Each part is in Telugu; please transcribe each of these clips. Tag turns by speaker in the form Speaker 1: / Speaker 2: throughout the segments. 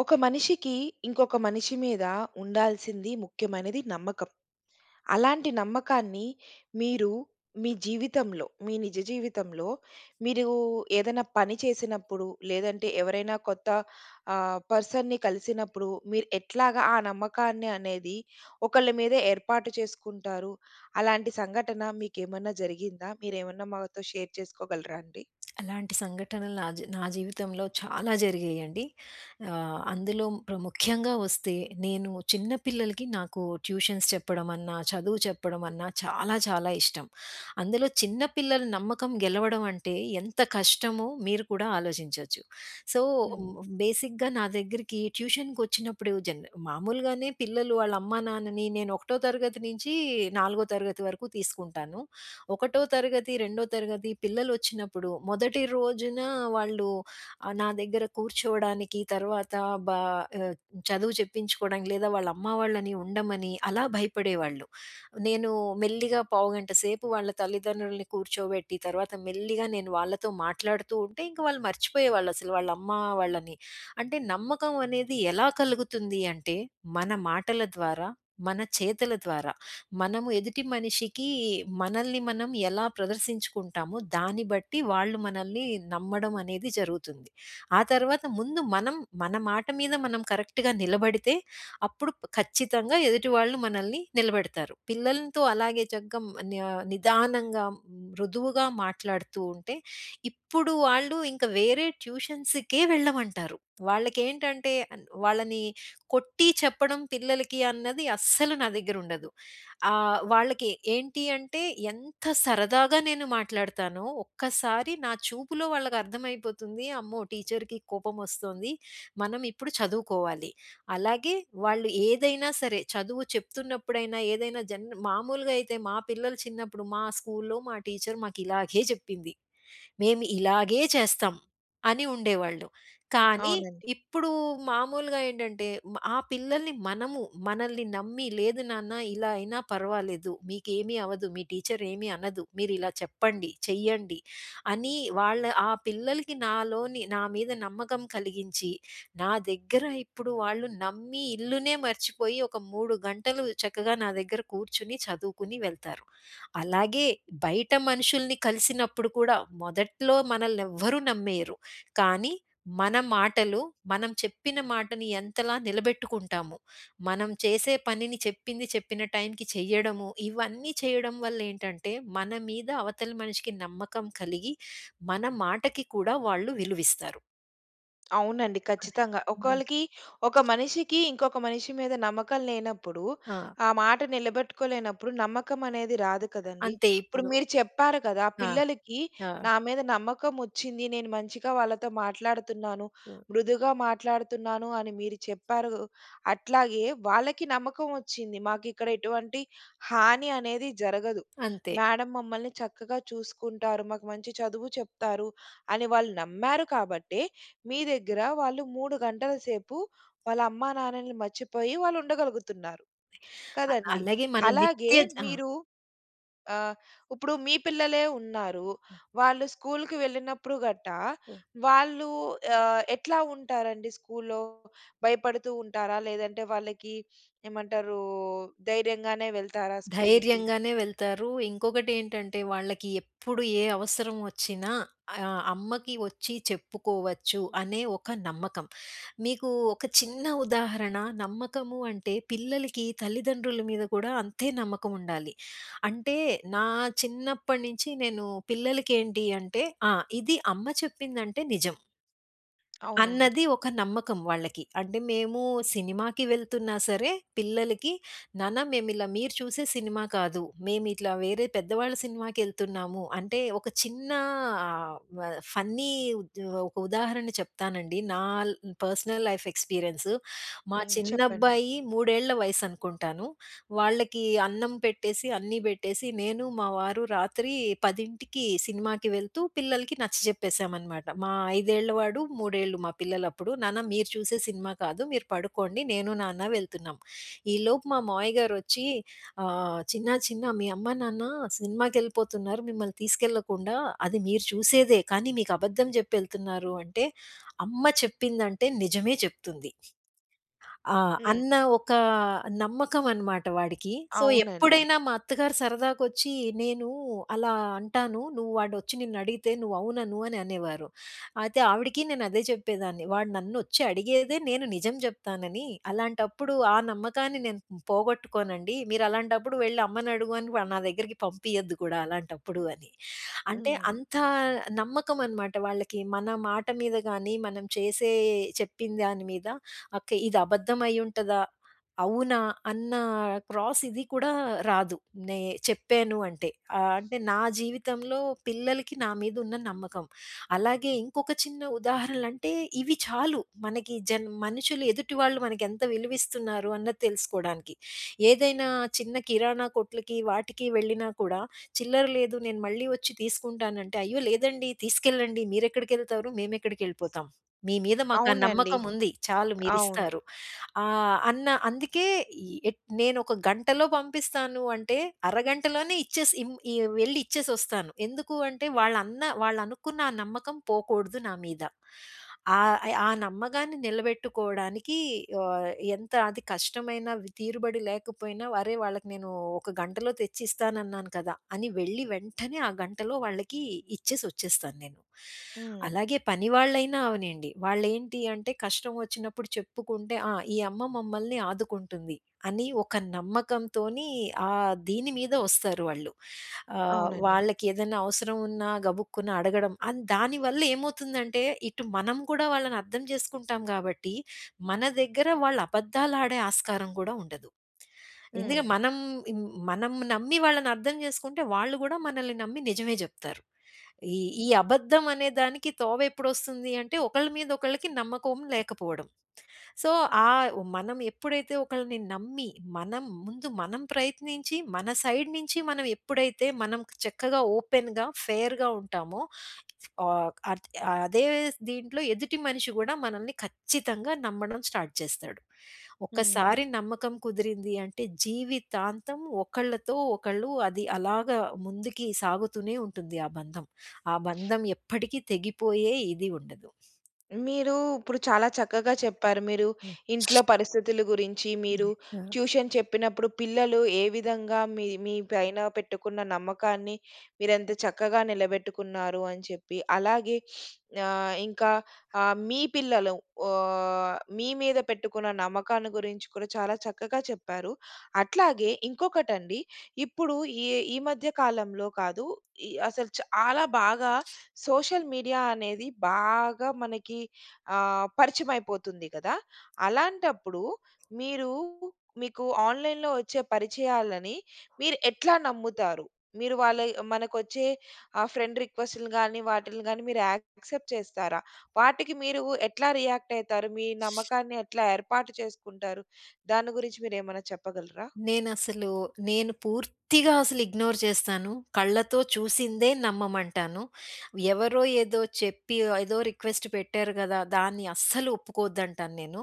Speaker 1: ఒక మనిషికి ఇంకొక మనిషి మీద ఉండాల్సింది ముఖ్యమైనది నమ్మకం. అలాంటి నమ్మకాన్ని మీరు మీ జీవితంలో, మీ నిజ జీవితంలో మీరు ఏదైనా పని చేసినప్పుడు, లేదంటే ఎవరైనా కొత్త పర్సన్‌ని కలిసినప్పుడు మీరు ఎట్లాగా ఆ నమ్మకాన్ని అనేది ఒకళ్ళ మీద ఏర్పాటు చేసుకుంటారు? అలాంటి సంఘటన మీకేమన్నా జరిగిందా? మీరేమన్నా మాతో షేర్ చేసుకోగలరా అండి?
Speaker 2: అలాంటి సంఘటనలు నా జీవితంలో చాలా జరిగాయండి. అందులో ముఖ్యంగా వస్తే నేను చిన్న పిల్లలకి నాకు ట్యూషన్స్ చెప్పడమన్నా, చదువు చెప్పడమన్నా చాలా చాలా ఇష్టం. అందులో చిన్న పిల్లల నమ్మకం గెలవడం అంటే ఎంత కష్టమో మీరు కూడా ఆలోచించొచ్చు. సో,
Speaker 1: హ్మ్.
Speaker 2: హ్మ్, బేసిక్‌గా నా దగ్గరికి ట్యూషన్‌కొచ్చినప్పుడు మామూలుగానే పిల్లలు వాళ్ళ అమ్మా, నాన్నని నేను ఒకటో తరగతి నుంచి నాలుగో తరగతి వరకు తీసుకుంటాను. ఒకటో తరగతి, రెండో తరగతి పిల్లలొచ్చినప్పుడు మొదటి రోజున వాళ్ళు నా దగ్గర కూర్చోవడానికి, తర్వాత బా ఆహ్, చదువు చెప్పించుకోవడానికి లేదా వాళ్ళ అమ్మ వాళ్ళని ఉండమని అలా భయపడేవాళ్ళు. నేను మెల్లిగా పావుగంట సేపు వాళ్ళ తల్లిదండ్రులని కూర్చోబెట్టి, తర్వాత మెల్లిగా నేను వాళ్ళతో మాట్లాడుతూ ఉంటే ఇంక వాళ్ళు మర్చిపోయేవాళ్ళు అసలు వాళ్ళ అమ్మ వాళ్ళని. అంటే నమ్మకం అనేది ఎలా కలుగుతుంది అంటే, మన మాటల ద్వారా, మన చేతల ద్వారా. మనము ఎదుటి మనిషికి మనల్ని మనం ఎలా ప్రదర్శించుకుంటామో దాన్ని బట్టి వాళ్ళు మనల్ని నమ్మడం అనేది జరుగుతుంది. ఆ తర్వాత ముందు మనం మన మాట మీద మనం కరెక్ట్‌గా నిలబడితే అప్పుడు ఖచ్చితంగా ఎదుటి వాళ్ళు మనల్ని నిలబెడతారు. పిల్లలతో అలాగే చక్కగా న్య నిదానంగా మృదువుగా మాట్లాడుతూ ఉంటే ఇప్పుడు వాళ్ళు ఇంకా వేరే ట్యూషన్స్‌కే వెళ్ళమంటారు. వాళ్ళకేంటంటే వాళ్ళని కొట్టి చెప్పడం పిల్లలకి అన్నది అస్సలు నా దగ్గరుండదు. వాళ్ళకి ఏంటి అంటే ఎంత సరదాగా నేను మాట్లాడతానో ఒక్కసారి నా చూపులో వాళ్ళకర్థమైపోతుంది. అమ్మో! టీచర్‌కి కోపమొస్తోంది. మనం ఇప్పుడు చదువుకోవాలి. అలాగే వాళ్ళు ఏదైనా సరే చదువు చెప్తున్నప్పుడైనా ఏదైనా మామూలుగా అయితే మా పిల్లలు చిన్నప్పుడు మా స్కూల్‌లో మా టీచర్ మాకిలాగే చెప్పింది. మేము ఇలాగే చేస్తాం అని ఉండేవాళ్ళు. కానీ
Speaker 1: అవునండి.
Speaker 2: ఇప్పుడు మామూలుగా ఏంటంటే ఆ పిల్లల్ని మనము మనల్ని నమ్మి లేదు నాన్న ఇలా అయినా పర్వాలేదు. మీకేమీ అవ్వదు. మీ టీచర్ ఏమీ అనదు. మీరిలా చెప్పండి, చెయ్యండి అని వాళ్ళ ఆ పిల్లలకి నాలోని నా మీద నమ్మకం కలిగించి నా దగ్గర ఇప్పుడు వాళ్ళు నమ్మి ఇల్లునే మర్చిపోయి ఒక 3 గంటలు చక్కగా నా దగ్గర కూర్చొని చదువుకుని వెళ్తారు. అలాగే బయట మనుషుల్ని కలిసినప్పుడు కూడా మొదట్లో మనల్నెవ్వరూ నమ్మేయరు. కానీ మన మాటలు, మనం చెప్పిన మాటని ఎంతలా నిలబెట్టుకుంటాము. మనం చేసే పనిని చెప్పింది చెప్పిన టైంకి చెయ్యడము, ఇవన్నీ చేయడం వల్లేంటంటే మన మీద అవతలి మనిషికి నమ్మకం కలిగి మన మాటకి కూడా వాళ్ళు విలువిస్తారు.
Speaker 1: అవునండి.
Speaker 2: అదే.
Speaker 1: ఖచ్చితంగా.
Speaker 2: హ్మ్.
Speaker 1: ఒకళ్ళకి ఒక మనిషికి ఇంకొక మనిషి మీద నమ్మకం లేనప్పుడు,
Speaker 2: ఆ!
Speaker 1: ఆ మాట నిలబెట్టుకోలేనప్పుడు నమ్మకం అనేది రాదు కదండీ!
Speaker 2: అంతే
Speaker 1: ఇప్పుడు
Speaker 2: ఇప్పుడు.
Speaker 1: మీరు చెప్పారు కదా! ఆ
Speaker 2: ఆ!
Speaker 1: పిల్లలకి
Speaker 2: ఆ!
Speaker 1: నా మీద నమ్మకం ఒచ్చింది. నేను మంచిగా వాళ్ళతో మాట్లాడుతున్నాను.
Speaker 2: హ్మ్.
Speaker 1: మృదుగా మాట్లాడుతున్నాను అని మీరు చెప్పారు. అట్లాగే వాళ్ళకి నమ్మకం ఒచ్చింది. మాకిక్కడ ఎటువంటి హాని అనేది జరగదు.
Speaker 2: అంతే.
Speaker 1: మేడం మమ్మల్ని చక్కగా చూసుకుంటారు. మాకు మంచి చదువు చెప్తారు అని వాళ్ళు నమ్మారు కాబట్టే మీ దగ్గర వాళ్ళు 3 గంటల సేపు వాళ్ళ అమ్మా నాన్నలని మర్చిపోయి వాళ్ళు ఉండగలుగుతున్నారు కదండీ.
Speaker 2: అలాగే మన
Speaker 1: అలాగే
Speaker 2: నిత్య.
Speaker 1: మీరు ఆహ్, ఇప్పుడు మీ పిల్లలే ఉన్నారు. వాళ్ళు స్కూలుకి వెళ్ళినప్పుడు గట్టా
Speaker 2: ఆ!
Speaker 1: వాళ్ళు ఎట్లా ఉంటారండి స్కూలులో? భయపడుతూ ఉంటారా? లేదంటే వాళ్ళకి ఏమంటారు ధైర్యంగానే వెళ్తారా స్కూలుకి?
Speaker 2: ధైర్యంగానే వెళ్తారు. ఇంకొకటేంటంటే వాళ్ళకి ఎప్పుడు ఏ అవసరం వచ్చినా అమ్మకి వచ్చి చెప్పుకోవచ్చు అనే ఒక నమ్మకం. మీకు ఒక చిన్న ఉదాహరణ నమ్మకము అంటే పిల్లలకి తల్లిదండ్రుల మీద కూడా అంతే నమ్మకం ఉండాలి. అంటే నా చిన్నప్పటి నుంచి నేను పిల్లలకేంటి అంటే ఆ! ఇది అమ్మ చెప్పిందంటే నిజం.
Speaker 1: అవునండి.
Speaker 2: అన్నది ఒక నమ్మకం వాళ్ళకి. అంటే మేము సినిమాకి వెళ్తున్నా సరే, పిల్లలకి నాన్న మేమిలా మీరు చూసే సినిమా కాదు. మేమిట్లా వేరే పెద్దవాళ్ళ సినిమాకెళ్తున్నాము. అంటే ఒక చిన్న ఆహ్, వ ఫన్నీ ఉద్ ఒక ఉదాహరణ చెప్తానండి. నా పర్సనల్ లైఫ్ ఎక్స్‌పీరియన్స్. మా
Speaker 1: హ్మ్. చెప్పండి.
Speaker 2: చిన్నబ్బాయి 3 ఏళ్ల వయసనుకుంటాను. వాళ్ళకి అన్నం పెట్టేసి, అన్నీ బెట్టేసి, నేను మా వారు రాత్రి 10కి సినిమాకి వెళ్తూ పిల్లలకి నచ్చజెప్పేసామనమాట. మా 5 ఏళ్ల వాడు, 3 ఏళ్ళు మా పిల్లలప్పుడు. "నాన్న మీరు చూసే సినిమా కాదు. మీరు పడుకోండి. నేను, నాన్న వెళ్తున్నాం." ఈలోపు మా మావయ్య గారొచ్చి "చిన్నా, చిన్నా మీ అమ్మ, నాన్న సినిమాకెళ్ళిపోతున్నారు. మిమ్మల్ని తీసుకెళ్ళకుండా. అది మీరు చూసేదే. కానీ మీకు అబద్ధం జెప్పెళ్తున్నారు" అంటే, అమ్మ చెప్పిందంటే నిజమే చెప్తుంది. ఆ!
Speaker 1: హ్మ్.
Speaker 2: అన్న ఒక నమ్మకం అనమాట వాడికి. సో,
Speaker 1: అవునండి.
Speaker 2: ఎప్పుడైనా మా అత్తగారు సరదాకొచ్చి నేను అలా అంటాను. నువ్వు వాడొచ్చి నిన్నడిగితే నువ్వు అవునను అని అనేవారు. అయితే ఆవిడకి నేను అదే చెప్పేదాన్ని. వాడు నన్నొచ్చి అడిగేదే నేను నిజం జెప్తానని. అలాంటప్పుడు ఆ నమ్మకాన్ని నేను పోగొట్టుకోనండి. మీరలాంటప్పుడు వెళ్లి అమ్మనడుగు అని నా దగ్గరికి పంపియద్దు కూడా అలాంటప్పుడు అని. అంటే
Speaker 1: హ్మ్.
Speaker 2: అంత నమ్మకం అనమాట వాళ్ళకి. మన మాట మీద గాని, మనం చేసే చెప్పిన దాని మీద ఓకే. ఇది అబద్ధం అయ్యుంటదా? అవునా? అన్న క్రాస్ ఇది కూడా రాదు. నే చెప్పాను అంటే. అంటే నా జీవితంలో పిల్లలకి నా మీద ఉన్న నమ్మకం. అలాగే ఇంకొక చిన్న ఉదాహరణలంటే ఇవి చాలు. మనకి మనుషులు ఎదుటి వాళ్ళు మనకెంత విలువిస్తున్నారు అన్నది తెలుసుకోడానికి. ఏదైనా చిన్న కిరాణా కొట్లకి వాటికి వెళ్ళినా కూడా చిల్లర లేదు నేను మళ్ళీ వచ్చి తీసుకుంటానంటే, అయ్యో! లేదండి తీసుకెళ్ళండి మీరెక్కడికెళ్తారు మేమెక్కడికెళ్ళిపోతాం. మీ మీద మాకా
Speaker 1: అవునండి.
Speaker 2: నమ్మకముంది చాలు
Speaker 1: అవును.
Speaker 2: మీరిస్తారు. ఆ! అన్న అందుకే ఈ ఎట్ నేనొక గంటలో పంపిస్తాను అంటే, అరగంటలోనే ఇచ్చేసి ఇమ్ ఈ వెళ్లి ఇచ్చేసొస్తాను. ఎందుకు అంటే, వాళ్ళన్న వాళ్ళనుకున్న ఆ నమ్మకం పోకూడదు నా మీద. ఆహ్, ఆ నమ్మకాన్ని నిలబెట్టుకోవడానికి ఆహ్, ఎంత అది కష్టమైనా, తీరుబడి లేకపోయినా, అరే! వాళ్ళకి నేను ఒక గంటలో తెచ్చిస్తానన్నాను కదా! అని వెళ్లి వెంటనే ఆ గంటలో వాళ్ళకి ఇచ్చేసొచ్చేస్తాను నేను.
Speaker 1: హ్మ్.
Speaker 2: అలాగే పనివాళ్ళైనా అవనండి. వాళ్ళేంటి అంటే కష్టం వచ్చినప్పుడు చెప్పుకుంటే, ఆ! ఈ అమ్మ మమ్మల్ని ఆదుకుంటుంది అని ఒక నమ్మకంతోని ఆ దీని మీద వస్తారు వాళ్ళు.
Speaker 1: అవునండి.
Speaker 2: వాళ్ళకి ఏదైనా అవసరం ఉన్నా గబుక్కున అడగడం. దానివల్ల ఏమవుతుందంటే ఇటు మనం కూడా వాళ్ళని అర్థం చేసుకుంటాం గాబట్టి, మన దగ్గర వాళ్ళు అబద్ధాలాడే ఆస్కారం గూడా ఉండదు. ఎందుక
Speaker 1: హ్మ్.
Speaker 2: మనం, మనం నమ్మి వాళ్ళని అర్థం చేసుకుంటే వాళ్ళు గూడా మనల్ని నమ్మి నిజమే జెప్తారు. ఈ ఈ అబద్ధం అనే దానికి తోవ ఎప్పుడొస్తుంది అంటే ఒకళ్ళ మీద ఒకళ్ళకి నమ్మకం లేకపోవడం. సో, ఆహ్, మనం ఎప్పుడైతే ఒకళ్ళని నమ్మి, మనం ముందు మనం ప్రయత్నించి, మన సైడ్ నుంచి మనం ఎప్పుడైతే మనం చక్కగా ఓపెన్‌గా, ఫెయిర్‌గా ఉంటామో ఆహ్, అద్ అదే దీంట్లో ఎదుటి మనిషి గూడా మనల్ని ఖచ్చితంగా నమ్మడం స్టార్ట్ చేస్తాడు.
Speaker 1: హ్మ్.
Speaker 2: ఒక్కసారి నమ్మకం కుదిరింది అంటే జీవితాంతం ఒకళ్ళతో ఒకళ్ళు అది అలాగా ముందుకి సాగుతూనే ఉంటుంది ఆ బంధం. ఆ బంధం ఎప్పటికీ తెగిపోయే ఇది ఉండదు.
Speaker 1: మీరు ఇప్పుడు చాలా చక్కగా చెప్పారు. మీరు
Speaker 2: హ్మ్.
Speaker 1: ఇంట్లో పరిస్థితుల గురించి, మీరు
Speaker 2: అది. ఆ!
Speaker 1: ట్యూషన్ చెప్పినప్పుడు పిల్లలు ఏ విధంగా మీ మీ పైన పెట్టుకున్న నమ్మకాన్ని మీరెంత చక్కగా నిలబెట్టుకున్నారు అని చెప్పి, అలాగే ఇంకా మీ పిల్లలు మీ మీద పెట్టుకున్న నమ్మకాన్ని గురించి కూడా చాలా చక్కగా చెప్పారు. అట్లాగే ఇంకొకటండి, ఇప్పుడు ఈ ఈ మధ్య కాలంలో కాదు, ఈ అసలు చాలా బాగా సోషల్ మీడియా అనేది బాగా మనకి పరిచయమైపోతుంది కదా! అలాంటప్పుడు మీరు మీకు ఆన్‌లైన్‌లో వచ్చే పరిచయాలని మీరు ఎట్లా నమ్ముతారు? మీరు వాళ్ళ మనకొచ్చే ఫ్రెండ్ రిక్వెస్ట్‌లు గాని, వాటిల్ని గాని మీరు యాక్సెప్ట్ చేస్తారా? వాటికి మీరు ఎట్లా రియాక్ట్ అయితారు? మీ నమ్మకాన్ని ఎట్లా ఏర్పాటు చేసుకుంటారు? దాని గురించి మీరేమైనా చెప్పగలరా?
Speaker 2: నేనసలు నేను పూర్తిగా అసలు ఇగ్నోర్ చేస్తాను. కళ్ళతో చూసిందే నమ్మమంటాను. ఎవరో ఏదో చెప్పి ఏదో రిక్వెస్ట్ పెట్టారు గదా! దాన్ని అస్సలు ఒప్పుకోవద్దంటాను నేను.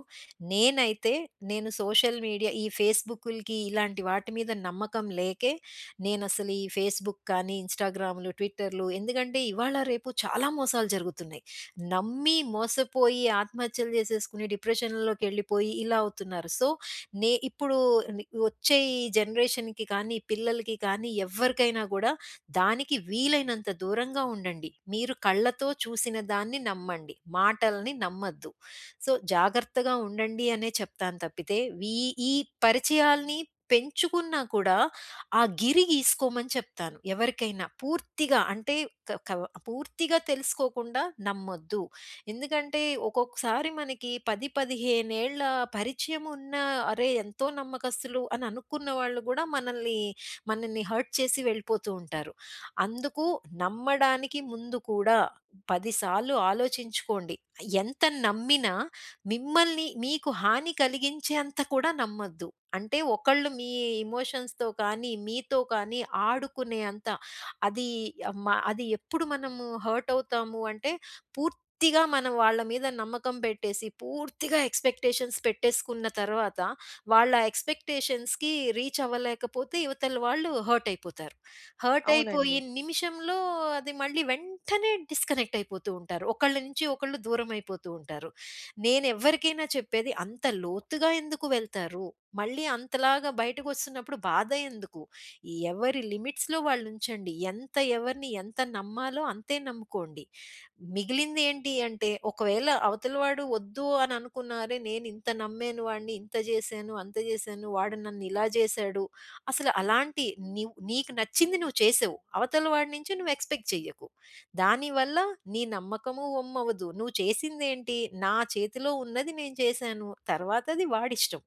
Speaker 2: నేనైతే నేను సోషల్ మీడియా ఈ ఫేస్‌బుకులకి ఇలాంటి వాటి మీద నమ్మకం లేకే నేనసలు ఈ ఫేస్‌బుక్ కానీ, ఇన్‌స్టాగ్రామ్‌లు, ట్విట్టర్‌లు ఎందుకంటే ఇవాళ రేపు చాలా మోసాలు జరుగుతున్నాయి. నమ్మి మోసపోయి ఆత్మహత్యలు చేసేసుకుని డిప్రెషన్‌లోకెళ్ళిపోయి ఇలా అవుతున్నారు. సో, ఇప్పుడు వచ్చే ఈ జనరేషన్‌కి కానీ, పిల్లలకి కానీ ఎవ్వరికైనా గూడా దానికి వీలైనంత దూరంగా ఉండండి. మీరు కళ్ళతో చూసిన దాన్ని నమ్మండి. మాటల్ని నమ్మద్దు. సో, జాగ్రత్తగా ఉండండి అనే చెప్తాను తప్పితే వీ ఈ పరిచయాల్ని పెంచుకున్నా కూడా ఆ గిరి గీసుకోమని చెప్తాను. ఎవరికైనా పూర్తిగా అంటే క కవ పూర్తిగా తెలుసుకోకుండా నమ్మొద్దు. ఎందుకంటే ఒక్కొక్కసారి మనకి 10, 15 ఏళ్ల పరిచయం ఉన్న అరే! ఎంతో నమ్మకస్తులు అని అనుకున్న వాళ్ళు గూడా మనల్ని, హర్ట్ చేసి వెళ్ళిపోతూ ఉంటారు. అందుకు నమ్మడానికి ముందు కూడా 10 సార్లు ఆలోచించుకోండి. ఎంత నమ్మినా మిమ్మల్ని మీకు హాని కలిగించేంత కూడా నమ్మొద్దు. అంటే ఒకళ్ళు మీ ఎమోషన్స్‌తో కానీ, మీతో కానీ ఆడుకునేంత అది అది ఎప్పుడు మనము హర్ట్ అవుతాము అంటే పూర్తి పూర్తిగా మనం వాళ్ళ మీద నమ్మకం పెట్టేసి, పూర్తిగా ఎక్స్‌పెక్టేషన్స్ పెట్టేసుకున్న తర్వాత, వాళ్ళ ఎక్స్‌పెక్టేషన్స్‌కి రీచ్ అవ్వలేకపోతే ఇవతల వాళ్ళు హర్ట్ అయిపోతారు. హర్ట్ అయిపోయి
Speaker 1: అవునండి.
Speaker 2: నిమిషంలో అది మళ్ళీ వెంటనే డిస్కనెక్ట్ అయిపోతూ ఉంటారు. ఒకళ్ళ నుంచి ఒకళ్ళు దూరం అయిపోతూ ఉంటారు. నేనెవ్వరికైనా చెప్పేది అంత లోతుగా ఎందుకు వెళ్తారు? మళ్ళీ అంతలాగా బయటకొస్తున్నప్పుడు బాధ ఎందుకు? ఎవరి లిమిట్స్‌లో వాళ్ళుంచండి. ఎంత ఎవరిని ఎంత నమ్మాలో అంతే నమ్ముకోండి. మిగిలింది ఏంటి అంటే, ఒకవేళ అవతల వాడు వద్దు అని అనుకున్నా, అరే! నేనింత నమ్మాను వాడిని, ఇంత చేశాను, అంత చేశాను, వాడు నన్నిలా చేశాడు. అసలు అలాంటి నీవు నీకు నచ్చింది నువ్వు చేసావు. అవతల వాడి నుంచి నువ్వు ఎక్స్‌పెక్ట్ చెయ్యకు. దానివల్ల నీ నమ్మకము వమ్మవ్వదు. నువ్వు చేసిందేంటి? నా చేతిలో ఉన్నది నేను చేశాను. తర్వాతది వాడిష్టం.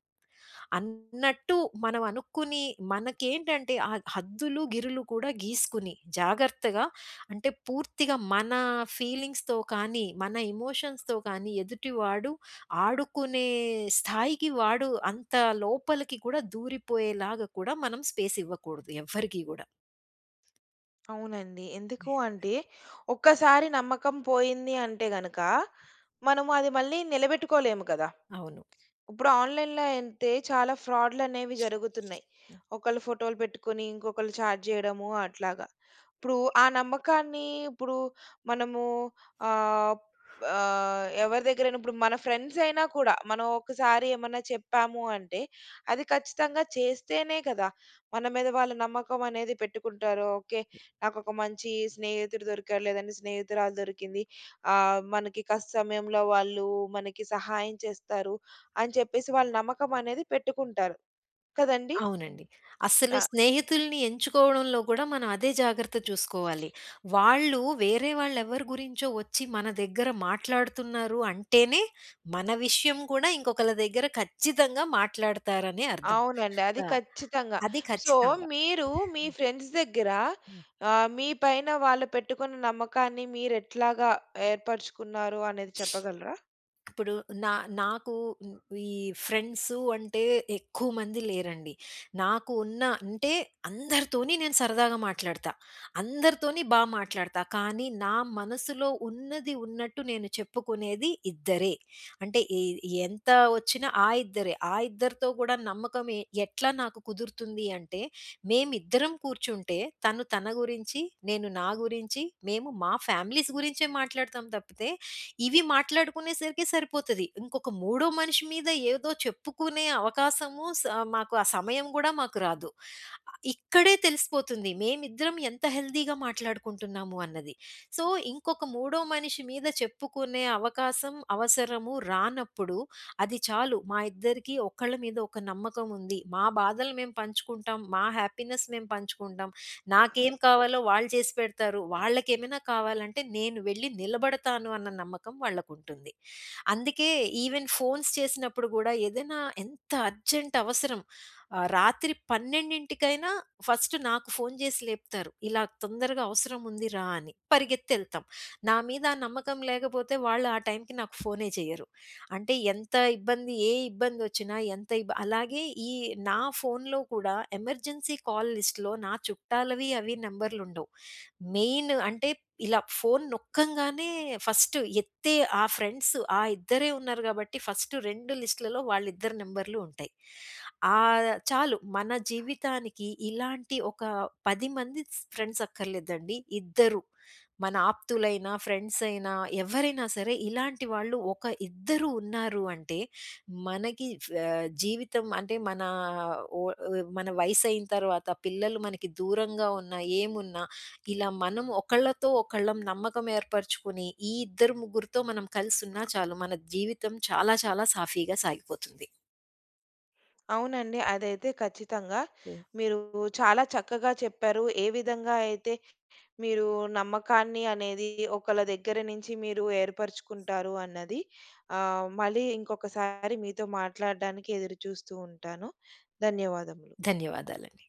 Speaker 2: అన్నట్టు మనం అనుకుని మనకేంటంటే ఆ హద్దులు, గిరులు కూడా గీసుకుని జాగ్రత్తగా అంటే పూర్తిగా మన ఫీలింగ్స్‌తో కానీ, మన ఎమోషన్స్‌తో కానీ ఎదుటివాడు ఆడుకునే స్థాయికి వాడు అంత లోపలికి కూడా దూరిపోయేలాగా కూడా మనం స్పేస్ ఇవ్వకూడదు ఎవ్వరికీ గూడా.
Speaker 1: అవునండి. ఎందుకు అంటే, ఒక్కసారి నమ్మకం పోయింది అంటే గనక, మనము అది మళ్ళీ నిలబెట్టుకోలేము కదా!
Speaker 2: అవును.
Speaker 1: ఇప్పుడు ఆన్‌లైన్‌లో అయితే చాలా ఫ్రాడ్‌లనేవి జరుగుతున్నాయి. ఒకళ్ళు ఫోటోలు పెట్టుకొని, ఇంకొకళ్ళు చాట్ జేయడము అట్లాగా. ఇప్పుడు ఆ నమ్మకాన్ని ఇప్పుడు మనము ఆహ్, ఎవరి దగ్గరైనా ఇప్పుడు మన ఫ్రెండ్స్ అయినా కూడా, మనం ఒకసారి ఏమన్నా చెప్పాము అంటే, అది ఖచ్చితంగా చేస్తేనే కదా! మన మీద వాళ్ళు నమ్మకం అనేది పెట్టుకుంటారు. ఓకే. నాకొక మంచి స్నేహితుడు దొరికారు, లేదంటే స్నేహితురాలు దొరికింది. మనకి కష్ట సమయంలో వాళ్ళు మనకి సహాయం చేస్తారు అని చెప్పేసి వాళ్ళు నమ్మకం అనేది పెట్టుకుంటారు. కదండీ!
Speaker 2: అవునండి. అస్సలు
Speaker 1: ఆ!
Speaker 2: స్నేహితుల్ని ఎంచుకోవడంలో గూడా మనం అదే జాగ్రత్త చూసుకోవాలి. వాళ్ళు వేరే వాళ్ళెవరి గురించో వచ్చి మన దగ్గర మాట్లాడుతున్నారు అంటేనే, మన విషయం గూడా ఇంకొకళ్ళ దగ్గర ఖచ్చితంగా మాట్లాడతారనే అర్థం.
Speaker 1: అవునండి. అది
Speaker 2: ఆ!
Speaker 1: ఖచ్చితంగా.
Speaker 2: అది
Speaker 1: సో,
Speaker 2: ఖచ్చితంగా.
Speaker 1: మీరు మీ ఫ్రెండ్స్ దగ్గర మీ పైన వాళ్ళు పెట్టుకున్న నమ్మకాన్ని మీరెట్లాగా ఏర్పరుచుకున్నారు అనేది చెప్పగలరా?
Speaker 2: ఇప్పుడు నా నాకు హ్మ్, ఈ ఫ్రెండ్సు అంటే ఎక్కువ మంది లేరండి. నాకు ఉన్న అంటే అందరితోని నేను సరదాగా మాట్లాడతా. అందరితోని మాట్లాడతా. కానీ నా మనసులో ఉన్నది ఉన్నట్టు నేను చెప్పుకునేది ఇద్దరే. అంటే ఎంత వచ్చినా ఆ ఇద్దరే. ఆ ఇద్దరితో కూడా నమ్మకం ఎట్లా నాకు కుదురుతుంది అంటే మేమిద్దరం కూర్చుంటే తను తన గురించి, నేను నా గురించి, మేము మా ఫ్యామిలీస్ గురించే మాట్లాడతాం తప్పితే ఇవి మాట్లాడుకునేసరికి సరిపోతది. ఇంకొక మూడో మనిషి మీద ఏదో చెప్పుకునే అవకాశము మాకు ఆ సమయం గూడా మాకు రాదు. ఇక్కడే తెలిసిపోతుంది మేమిద్దరం ఎంత హెల్తీగా మాట్లాడుకుంటున్నాము అన్నది. సో, ఇంకొక మూడో మనిషి మీద చెప్పుకునే అవకాశం, అవసరము రానప్పుడు అది చాలు మా ఇద్దరికీ ఒకళ్ళ మీద ఒక నమ్మకం ఉంది. మా బాధలు మేము పంచుకుంటాం. మా హ్యాపీనెస్ మేము పంచుకుంటాం. నాకేం కావాలో వాళ్ళు చేసి పెడతారు. వాళ్ళకేమైనా కావాలంటే నేను వెళ్లి నిలబడతాను అన్న నమ్మకం వాళ్ళకుంటుంది. అందుకే ఈవెన్ ఫోన్స్ చేసినప్పుడు గూడా ఏదైనా ఎంత అర్జెంట్ అవసరం రాత్రి 12:00కైనా ఫస్ట్ నాకు ఫోను చేసి లేపుతారు. ఇలా తొందరగా అవసరం ఉంది రా అని. పరిగెత్తెళ్తాం. నా మీద ఆ నమ్మకం లేకపోతే వాళ్ళు ఆ టైంకి నాకు ఫోనే చేయరు. అంటే ఎంత ఇబ్బంది ఏ ఇబ్బందొచ్చినా ఎంత ఇబ్ అలాగే ఈ నా ఫోనులో కూడా ఎమర్జెన్సీ కాల్ లిస్ట్‌లో నా చుట్టాలవి అవి నంబర్లుండవు. మెయిన్ అంటే ఇలా ఫోను నొక్కంగానే ఫస్ట్ ఎత్తే ఆ ఫ్రెండ్స్ ఆ ఇద్దరే ఉన్నారు గాబట్టి ఫస్ట్ 2 లిస్ట్‌లలో వాళ్ళిద్దరి నంబర్‌లు ఉంటాయి. చాలు మన జీవితానికి ఇలాంటి ఒక 10 మంది ఫ్రెండ్స్ అక్కర్లేదండి. ఇద్దరు మన ఆప్తులైన, ఫ్రెండ్స్ అయినా ఎవరైనా సరే ఇలాంటి వాళ్ళు ఒక ఇద్దరు ఉన్నారు అంటే మనకి జీవితం అంటే ఓ మన వయసయిన తర్వాత పిల్లలు మనకి దూరంగా ఉన్నా, ఏమున్నా ఇలా మనం ఒకళ్ళతో ఒకళ్ళం నమ్మకం ఏర్పరచుకుని, ఈ ఇద్దరు ముగ్గురితో మనం కలిసున్నా చాలు. మన జీవితం చాలా చాలా సాఫీగా సాగిపోతుంది.
Speaker 1: అవునండి. అదైతే ఖచ్చితంగా.
Speaker 2: హ్మ్.
Speaker 1: మీరు చాలా చక్కగా చెప్పారు. ఏ విధంగా అయితే మీరు నమ్మకాన్ని అనేది ఒకళ్ళ దగ్గర నుంచి మీరు ఏర్పరుచుకుంటారు అన్నది. మళ్ళీ ఇంకొకసారి మీతో మాట్లాడడానికి ఎదురు చూస్తూ ఉంటాను. ధన్యవాదములు.
Speaker 2: ధన్యవాదాలండి.